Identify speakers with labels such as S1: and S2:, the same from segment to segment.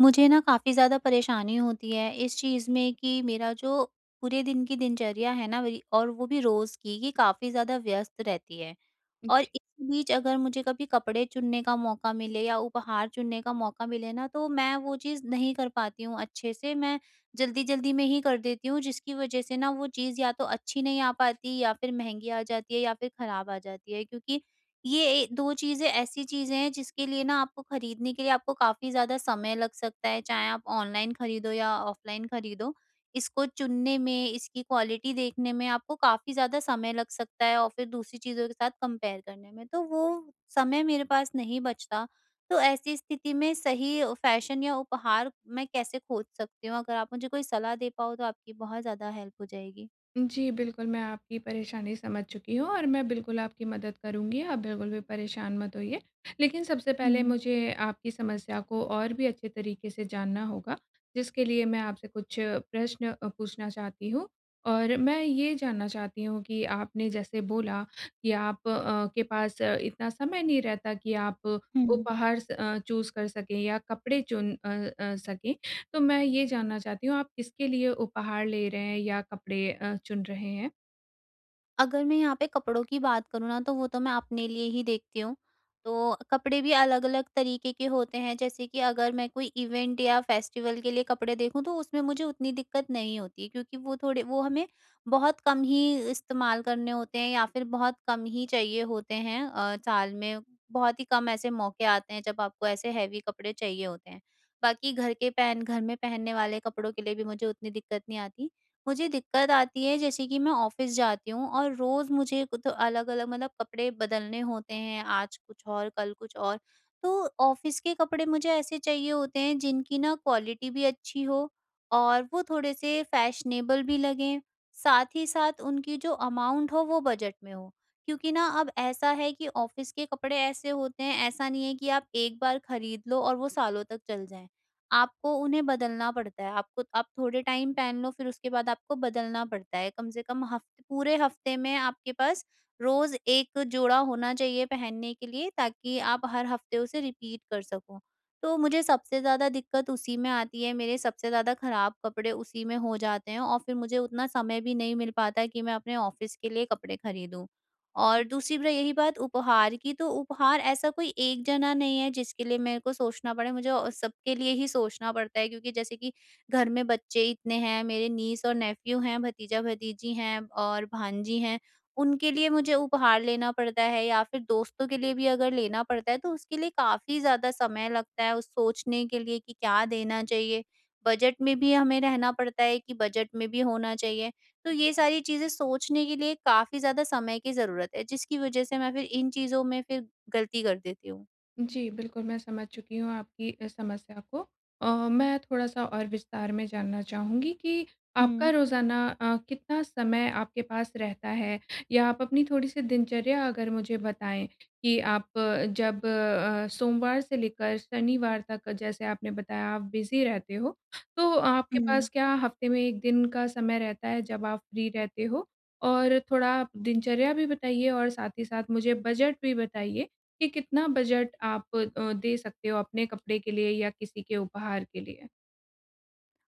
S1: मुझे ना काफ़ी ज़्यादा परेशानी होती है इस चीज़ में कि मेरा जो पूरे दिन की दिनचर्या है ना मेरी और वो भी रोज़ की ये काफ़ी ज़्यादा व्यस्त रहती है और इस बीच अगर मुझे कभी कपड़े चुनने का मौका मिले या उपहार चुनने का मौका मिले ना तो मैं वो चीज़ नहीं कर पाती हूँ अच्छे से, मैं जल्दी जल्दी में ही कर देती हूँ जिसकी वजह से ना वो चीज़ या तो अच्छी नहीं आ पाती या फिर महंगी आ जाती है या फिर खराब आ जाती है क्योंकि ये 2 चीज़ें ऐसी चीज़ें हैं जिसके लिए ना आपको खरीदने के लिए आपको काफ़ी ज़्यादा समय लग सकता है, चाहे आप ऑनलाइन खरीदो या ऑफ़लाइन खरीदो। इसको चुनने में, इसकी क्वालिटी देखने में आपको काफ़ी ज़्यादा समय लग सकता है और फिर दूसरी चीज़ों के साथ कंपेयर करने में, तो वो समय मेरे पास नहीं बचता। तो ऐसी स्थिति में सही फ़ैशन या उपहार मैं कैसे खोज सकती हूँ? अगर आप मुझे कोई सलाह दे पाओ तो आपकी बहुत ज़्यादा हेल्प हो जाएगी।
S2: जी, बिल्कुल, मैं आपकी परेशानी समझ चुकी हूँ और मैं बिल्कुल आपकी मदद करूँगी, आप बिल्कुल भी परेशान मत होइए। लेकिन सबसे पहले
S1: हुँ,
S2: मुझे आपकी समस्या को और भी अच्छे तरीके से जानना होगा, जिसके लिए मैं आपसे कुछ प्रश्न पूछना चाहती हूँ। और मैं ये जानना चाहती हूँ कि आपने जैसे बोला कि आप के पास इतना समय नहीं रहता कि आप
S1: हुँ।
S2: उपहार चूज़ कर सकें या कपड़े चुन सकें। तो मैं ये जानना चाहती हूँ आप किसके लिए उपहार ले रहे हैं या कपड़े चुन रहे हैं?
S1: अगर मैं यहाँ पे कपड़ों की बात करूँ ना तो वो तो मैं अपने लिए ही देखती हूँ। तो कपड़े भी अलग-अलग तरीके के होते हैं जैसे कि अगर मैं कोई इवेंट या फेस्टिवल के लिए कपड़े देखूँ तो उसमें मुझे उतनी दिक्कत नहीं होती क्योंकि वो हमें बहुत कम ही इस्तेमाल करने होते हैं या फिर बहुत कम ही चाहिए होते हैं, साल में बहुत ही कम ऐसे मौके आते हैं जब आपको ऐसे हैवी कपड़े चाहिए होते हैं। बाकी घर में पहनने वाले कपड़ों के लिए भी मुझे उतनी दिक्कत नहीं आती। मुझे दिक्कत आती है जैसे कि मैं ऑफिस जाती हूँ और रोज मुझे तो अलग अलग मतलब कपड़े बदलने होते हैं, आज कुछ और कल कुछ और। तो ऑफिस के कपड़े मुझे ऐसे चाहिए होते हैं जिनकी ना क्वालिटी भी अच्छी हो और वो थोड़े से फैशनेबल भी लगें, साथ ही साथ उनकी जो अमाउंट हो वो बजट में हो, क्योंकि ना अब ऐसा है कि ऑफिस के कपड़े ऐसे होते हैं, ऐसा नहीं है कि आप एक बार खरीद लो और वो सालों तक चल जाएं। आपको उन्हें बदलना पड़ता है। आपको, आप थोड़े टाइम पहन लो, फिर उसके बाद आपको बदलना पड़ता है। कम से कम हफ्ते, पूरे हफ्ते में आपके पास रोज़ 1 जोड़ा होना चाहिए पहनने के लिए ताकि आप हर हफ्ते उसे रिपीट कर सको। तो मुझे सबसे ज़्यादा दिक्कत उसी में आती है, मेरे सबसे ज़्यादा ख़राब कपड़े उसी में हो जाते हैं और फिर मुझे उतना समय भी नहीं मिल पाता है कि मैं अपने ऑफ़िस के लिए कपड़े खरीदूँ। और दूसरी ब रही बात उपहार की, तो उपहार ऐसा कोई एक जना नहीं है जिसके लिए मेरे को सोचना पड़े, मुझे सबके लिए ही सोचना पड़ता है क्योंकि जैसे कि घर में बच्चे इतने हैं, मेरे नीस और नेफ़्यू हैं, भतीजा-भतीजी हैं और भांजी हैं, उनके लिए मुझे उपहार लेना पड़ता है या फिर दोस्तों के लिए भी अगर लेना पड़ता है, तो उसके लिए काफ़ी ज़्यादा समय लगता है उस सोचने के लिए कि क्या देना चाहिए। बजट में भी हमें रहना पड़ता है कि बजट में भी होना चाहिए। तो ये सारी चीज़ें सोचने के लिए काफ़ी ज़्यादा समय की ज़रूरत है, जिसकी वजह से मैं फिर इन चीज़ों में फिर गलती कर देती हूँ।
S2: जी, बिल्कुल, मैं समझ चुकी हूँ आपकी समस्या को। मैं थोड़ा-सा और विस्तार में जानना चाहूँगी कि आपका
S1: हुँ,
S2: रोज़ाना कितना समय आपके पास रहता है? या आप अपनी थोड़ी-सी दिनचर्या अगर मुझे बताएँ कि आप जब सोमवार से लेकर शनिवार तक जैसे आपने बताया आप बिज़ी रहते हो, तो आपके
S1: हुँ।
S2: पास क्या हफ़्ते में 1 दिन का समय रहता है जब आप फ्री रहते हो? और थोड़ा आप दिनचर्या भी बताइए और साथ ही साथ मुझे बजट भी बताइए कि कितना बजट आप दे सकते हो अपने कपड़े के लिए या किसी के उपहार के लिए?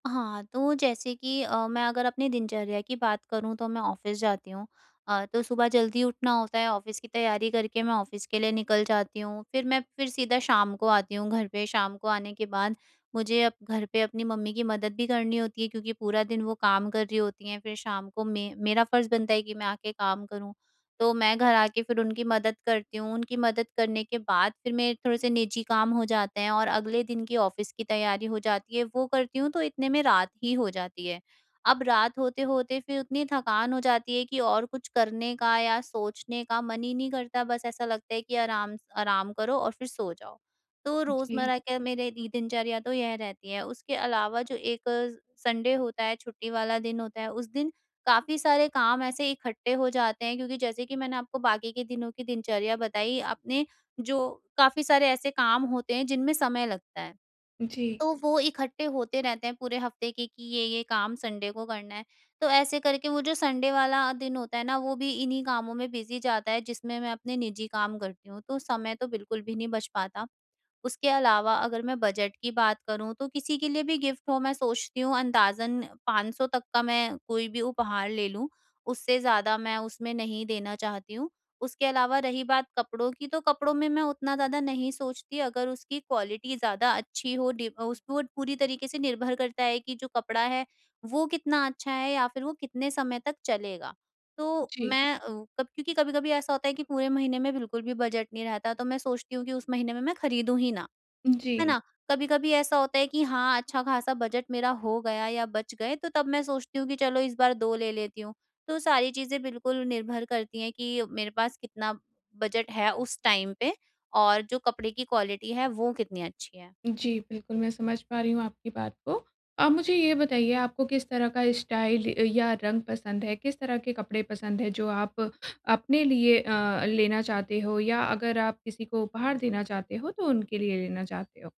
S1: हाँ, तो जैसे कि मैं अगर अपनी दिनचर्या की बात करूँ तो मैं ऑफ़िस जाती हूँ। तो सुबह जल्दी उठना होता है, ऑफ़िस की तैयारी करके मैं ऑफ़िस के लिए निकल जाती हूँ। फिर मैं फिर सीधा शाम को आती हूँ घर पे, शाम को आने के बाद मुझे अब घर पे अपनी मम्मी की मदद भी करनी होती है क्योंकि पूरा दिन वो काम कर रही होती हैं। फिर शाम को मे मेरा फ़र्ज़ बनता है कि मैं आके काम करूँ। तो मैं घर आके फिर उनकी मदद करती हूँ। उनकी मदद करने के बाद फिर मेरे थोड़े से निजी काम हो जाते हैं और अगले दिन की ऑफ़िस की तैयारी हो जाती है, वो करती हूँ, तो इतने में रात ही हो जाती है। अब रात होते-होते फिर उतनी थकान हो जाती है कि और कुछ करने का या सोचने का मन ही नहीं करता, बस ऐसा लगता है कि आराम आराम करो और फिर सो जाओ। तो
S2: जी,
S1: रोज़मर्रा के मेरे दी दिनचर्या तो यह रहती है। उसके अलावा जो एक संडे होता है, छुट्टी वाला दिन होता है, उस दिन काफ़ी सारे काम ऐसे इकट्ठे हो जाते हैं क्योंकि जैसे कि मैंने आपको बाकी के दिनों की दिनचर्या बताई, अपने जो काफ़ी सारे ऐसे काम होते हैं जिनमें समय लगता है,
S2: जी,
S1: तो वो इकट्ठे होते रहते हैं पूरे हफ्ते के कि ये-ये काम संडे को करना है। तो ऐसे करके वो जो संडे वाला दिन होता है ना, वो भी इन्हीं कामों में बिज़ी जाता है जिसमें मैं अपने निजी काम करती हूँ, तो समय तो बिल्कुल भी नहीं बच पाता। उसके अलावा अगर मैं बजट की बात करूँ तो किसी के लिए भी गिफ्ट हो, मैं सोचती हूँ अंदाज़न 500 तक का मैं कोई भी उपहार ले लूँ। उससे ज़्यादा मैं उसमें नहीं देना चाहती हूँ। उसके अलावा रही बात कपड़ों की, तो कपड़ों में मैं उतना ज़्यादा नहीं सोचती अगर उसकी क्वालिटी ज़्यादा अच्छी हो। डि उस वो पूरी तरीके से निर्भर करता है कि जो कपड़ा है वो कितना अच्छा है या फिर वो कितने समय तक चलेगा। तो
S2: जी,
S1: मैं, अ, कब क्योंकि कभी-कभी ऐसा होता है कि पूरे महीने में बिल्कुल भी बजट नहीं रहता, तो मैं सोचती हूँ कि उस महीने में मैं खरीदूँ ही ना। है
S2: जी,
S1: ना? कभी-कभी ऐसा होता है कि हाँ, अच्छा-खासा बजट मेरा हो गया या बच गए, तो तब मैं सोचती हूँ कि चलो इस बार 2 ले लेती हूँ। तो सारी चीज़ें बिल्कुल निर्भर करती हैं कि मेरे पास कितना बजट है उस टाइम पे और जो कपड़े की क्वालिटी है वो कितनी अच्छी है।
S2: जी, बिल्कुल मैं समझ पा रही हूँ आपकी बात को। आप मुझे ये बताइए, आपको किस तरह का स्टाइल या रंग पसंद है? किस तरह के कपड़े पसंद है जो आप अपने लिए लेना चाहते हो, या अगर आप किसी को उपहार देना चाहते हो तो उनके लिए लेना चाहते हो?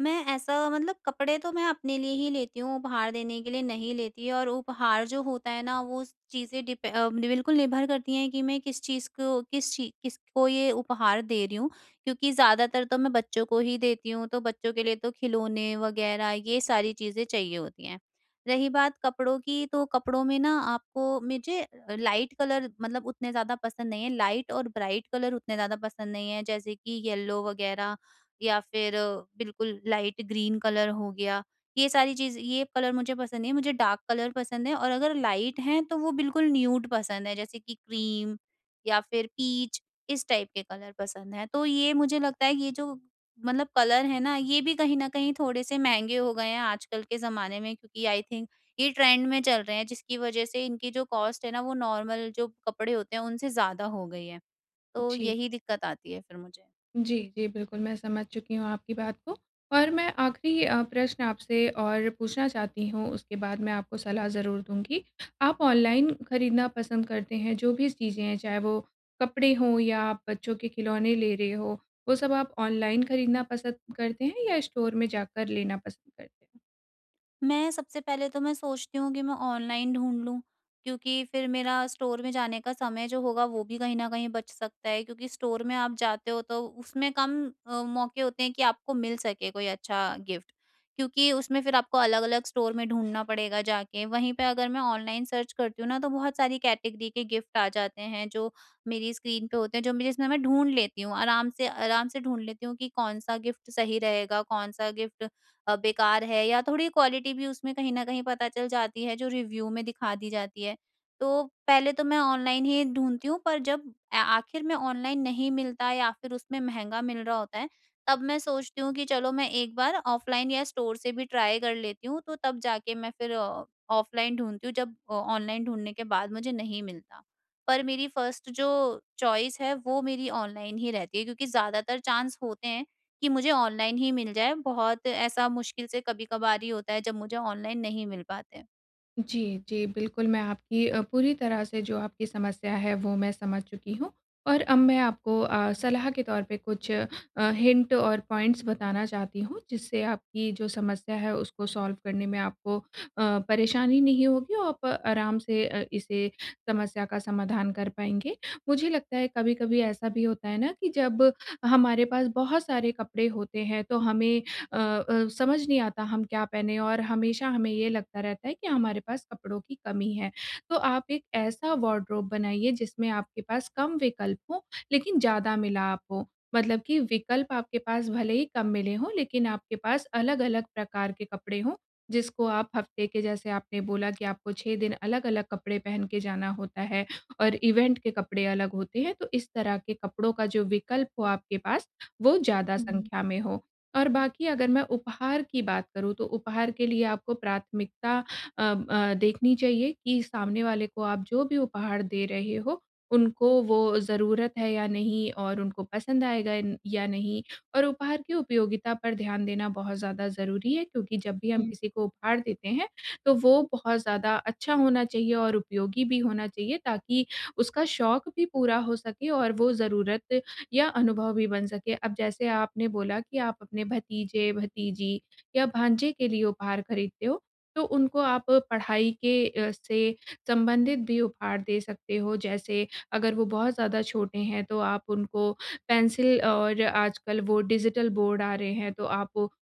S1: मैं ऐसा मतलब कपड़े तो मैं अपने लिए ही लेती हूँ, उपहार देने के लिए नहीं लेती और उपहार जो होता है ना, वो चीज़ें बिल्कुल निर्भर करती हैं कि मैं किस चीज़ को किसको ये उपहार दे रही हूँ। क्योंकि ज़्यादातर तो मैं बच्चों को ही देती हूँ, तो बच्चों के लिए तो खिलौने वग़ैरह ये सारी चीज़ें चाहिए होती हैं। रही बात कपड़ों की, तो कपड़ों में ना आपको मुझे लाइट कलर मतलब उतने ज़्यादा पसंद नहीं है, लाइट और ब्राइट कलर उतने ज़्यादा पसंद नहीं है, जैसे कि येलो वग़ैरह या फिर बिल्कुल लाइट ग्रीन कलर हो गया। ये सारी चीज़ ये कलर मुझे पसंद नहीं है, मुझे डार्क कलर पसंद है और अगर लाइट हैं तो वो बिल्कुल न्यूड पसंद है, जैसे कि क्रीम या फिर पीच, इस टाइप के कलर पसंद हैं। तो ये मुझे लगता है, ये जो मतलब कलर है ना, ये भी कहीं न कहीं थोड़े-से महँगे हो गए हैं आजकल के ज़माने में क्योंकि आई थिंक ये ट्रेंड में चल रहे हैं, जिसकी वज़ह से इनकी जो कॉस्ट है ना, वो नॉर्मल जो कपड़े होते हैं उनसे ज़्यादा हो गई है। तो
S2: जी।
S1: यही दिक्कत आती है फिर मुझे।
S2: जी, जी, बिल्कुल, मैं समझ चुकी हूँ आपकी बात को, और मैं आखिरी प्रश्न आपसे और पूछना चाहती हूँ, उसके बाद मैं आपको सलाह ज़रूर दूँगी। आप ऑनलाइन खरीदना पसंद करते हैं, जो भी चीज़ें हैं, चाहे वो कपड़े हों या आप बच्चों के खिलौने ले रहे हो, वो सब आप ऑनलाइन खरीदना पसंद करते हैं या स्टोर में जाकर लेना पसंद करते हैं?
S1: मैं सबसे पहले तो मैं सोचती हूँ कि मैं ऑनलाइन ढूँढ लूँ, क्योंकि फिर मेरा स्टोर में जाने का समय जो होगा वो भी कहीं न कहीं बच सकता है, क्योंकि स्टोर में आप जाते हो तो उसमें कम मौके होते हैं कि आपको मिल सके कोई अच्छा गिफ्ट। क्योंकि उसमें फिर आपको अलग-अलग स्टोर में ढूँढना पड़ेगा जाके, वहीं पे अगर मैं ऑनलाइन सर्च करती हूँ ना तो बहुत सारी कैटेगरी के गिफ्ट आ जाते हैं जो मेरी स्क्रीन पे होते हैं, जो मैं जिसमें मैं ढूँढ लेती हूँ, आराम से ढूँढ लेती हूँ कि कौन-सा गिफ्ट सही रहेगा, कौन-सा गिफ्ट बेकार है या थोड़ी क्वालिटी भी उसमें कहीं न कहीं पता चल जाती है जो रिव्यू में दिखा दी जाती है। तो पहले तो मैं ऑनलाइन ही ढूँढती हूँ, पर जब आखिर में ऑनलाइन नहीं मिलता या फिर उसमें महँगा मिल रहा होता है, तब मैं सोचती हूँ कि चलो मैं एक बार ऑफलाइन या स्टोर से भी ट्राई कर लेती हूँ, तो तब जाके मैं फिर ऑफलाइन ढूँढती हूँ जब ऑनलाइन ढूँढने के बाद मुझे नहीं मिलता। पर मेरी फर्स्ट जो चॉइस है वो मेरी ऑनलाइन ही रहती है, क्योंकि ज़्यादातर चांस होते हैं कि मुझे ऑनलाइन ही मिल जाए, बहुत ऐसा मुश्किल से कभी-कभार ही होता है जब मुझे ऑनलाइन नहीं मिल पाते।
S2: जी, जी। बिल्कुल, मैं आपकी पूरी तरह से जो आपकी समस्या है वो मैं समझ चुकी हूँ, और अब मैं आपको सलाह के तौर पे कुछ हिंट और पॉइंट्स बताना चाहती हूँ, जिससे आपकी जो समस्या है उसको सॉल्व करने में आपको परेशानी नहीं होगी और आप आराम से इसे समस्या का समाधान कर पाएँगे। मुझे लगता है, कभी-कभी ऐसा भी होता है ना कि जब हमारे पास बहुत सारे कपड़े होते हैं तो हमें अ समझ नहीं आता हम क्या पहने, और हमेशा हमें ये लगता रहता है कि हमारे पास कपड़ों की कमी है। तो आप एक ऐसा वार्डरोब बनाइए जिसमें आपके पास कम विकल्प हों, लेकिन ज़्यादा मिलाप हो। मतलब कि विकल्प आपके पास भले ही कम मिले हों, लेकिन आपके पास अलग-अलग प्रकार के कपड़े हों, जिसको आप हफ़्ते के, जैसे आपने बोला कि आपको 6 दिन अलग-अलग कपड़े पहन के जाना होता है और इवेंट के कपड़े अलग होते हैं, तो इस तरह के कपड़ों का जो विकल्प हो आपके पास, वो ज़्यादा
S1: हुँ,
S2: संख्या में हो। और बाकी अगर मैं उपहार की बात करूँ, तो उपहार के लिए आपको प्राथमिकता देखनी चाहिए कि सामने वाले को आप जो भी उपहार दे रहे हो, उनको वो ज़रूरत है या नहीं, और उनको पसंद आएगा न या नहीं। और उपहार की उपयोगिता पर ध्यान देना बहुत ज़्यादा ज़रूरी है, क्योंकि जब भी हम
S1: हुँ।
S2: किसी को उपहार देते हैं, तो वो बहुत ज़्यादा अच्छा होना चाहिए और उपयोगी भी होना चाहिए, ताकि उसका शौक भी पूरा हो सके और वो ज़रूरत या अनुभव भी बन सके। अब जैसे आपने बोला कि आप अपने भतीजे-भतीजी या भांजे के लिए उपहार खरीदते हो, तो उनको आप पढ़ाई के से संबंधित भी उपहार दे सकते हो। जैसे, अगर वो बहुत ज़्यादा छोटे हैं, तो आप उनको पेंसिल, और आजकल वो डिजिटल बोर्ड आ रहे हैं, तो आप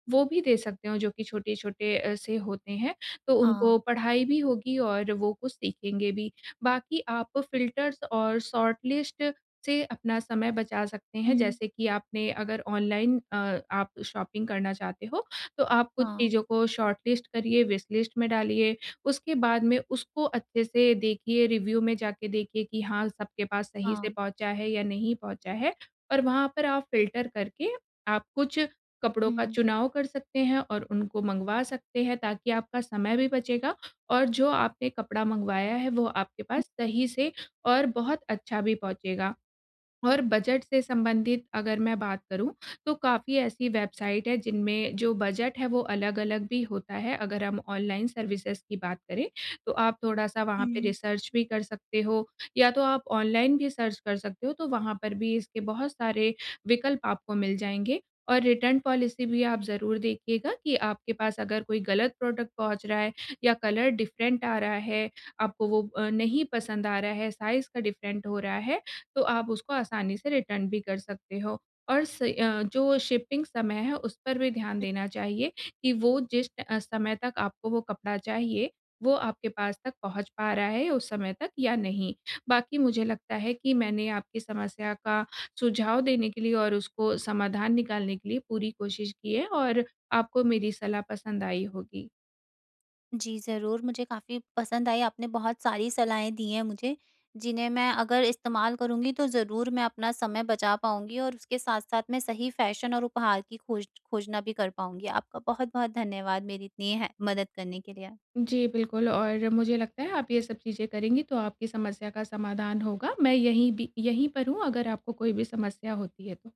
S2: वो भी दे सकते हो, जो कि छोटे-छोटे से होते हैं। तो उनको
S1: हाँ।
S2: पढ़ाई भी होगी और वो कुछ सीखेंगे भी। बाकी आप फ़िल्टर्स और शॉर्टलिस्ट से अपना समय बचा सकते हैं।
S1: हुँ।
S2: जैसे कि आपने अगर ऑनलाइन आप शॉपिंग करना चाहते हो, तो आप कुछ
S1: हाँ,
S2: चीज़ों को शॉर्टलिस्ट करिए, विश लिस्ट में डालिए। उसके बाद में उसको अच्छे से देखिए, रिव्यू में जाके देखिए कि हाँ, सबके पास सही से
S1: हाँ।
S2: पहुँचा है या नहीं पहुँचा है, और वहाँ पर आप फ़िल्टर करके आप कुछ कपड़ों का
S1: हुँ।
S2: चुनाव कर सकते हैं और उनको मँगवा सकते हैं, ताकि आपका समय भी बचेगा, और जो आपने कपड़ा मँगवाया है, वो आपके पास सही से और बहुत अच्छा भी पहुँचेगा। और बजट से संबंधित अगर मैं बात करूँ, तो काफ़ी ऐसी वेबसाइट है जिनमें जो बजट है वो अलग-अलग भी होता है। अगर हम ऑनलाइन सर्विसेज़ की बात करें, तो आप थोड़ा-सा वहाँ पे
S1: हुँ।
S2: रिसर्च भी कर सकते हो, या तो आप ऑनलाइन भी सर्च कर सकते हो, तो वहाँ पर भी इसके बहुत सारे विकल्प आपको मिल जाएँगे। और रिटर्न पॉलिसी भी आप ज़रूर देखिएगा, कि आपके पास अगर कोई गलत प्रोडक्ट पहुँच रहा है या कलर डिफ़रेंट आ रहा है, आपको वो नहीं पसंद आ रहा है, साइज़ का डिफ़रेंट हो रहा है, तो आप उसको आसानी से रिटर्न भी कर सकते हो। और जो शिपिंग समय है उस पर भी ध्यान देना चाहिए, कि वो जिस समय तक आपको वो कपड़ा चाहिए, वो आपके पास तक पहुँच पा रहा है उस समय तक या नहीं। बाकी मुझे लगता है कि मैंने आपकी समस्या का सुझाव देने के लिए और उसको समाधान निकालने के लिए पूरी कोशिश की है, और आपको मेरी सलाह पसंद आई होगी।
S1: जी, ज़रूर मुझे काफ़ी पसंद आई, आपने बहुत सारी सलाहें दी हैं मुझे, जिन्हें मैं अगर इस्तेमाल करूँगी तो ज़रूर मैं अपना समय बचा पाऊँगी और उसके साथ-साथ मैं सही फ़ैशन और उपहार की खोजना भी कर पाऊँगी। आपका बहुत-बहुत धन्यवाद मेरी इतनी है मदद करने के लिए।
S2: जी, बिल्कुल, और मुझे लगता है आप ये सब चीज़ें करेंगी तो आपकी समस्या का समाधान होगा। मैं यहीं भी, यहीं पर हूँ, अगर आपको कोई भी समस्या होती है तो।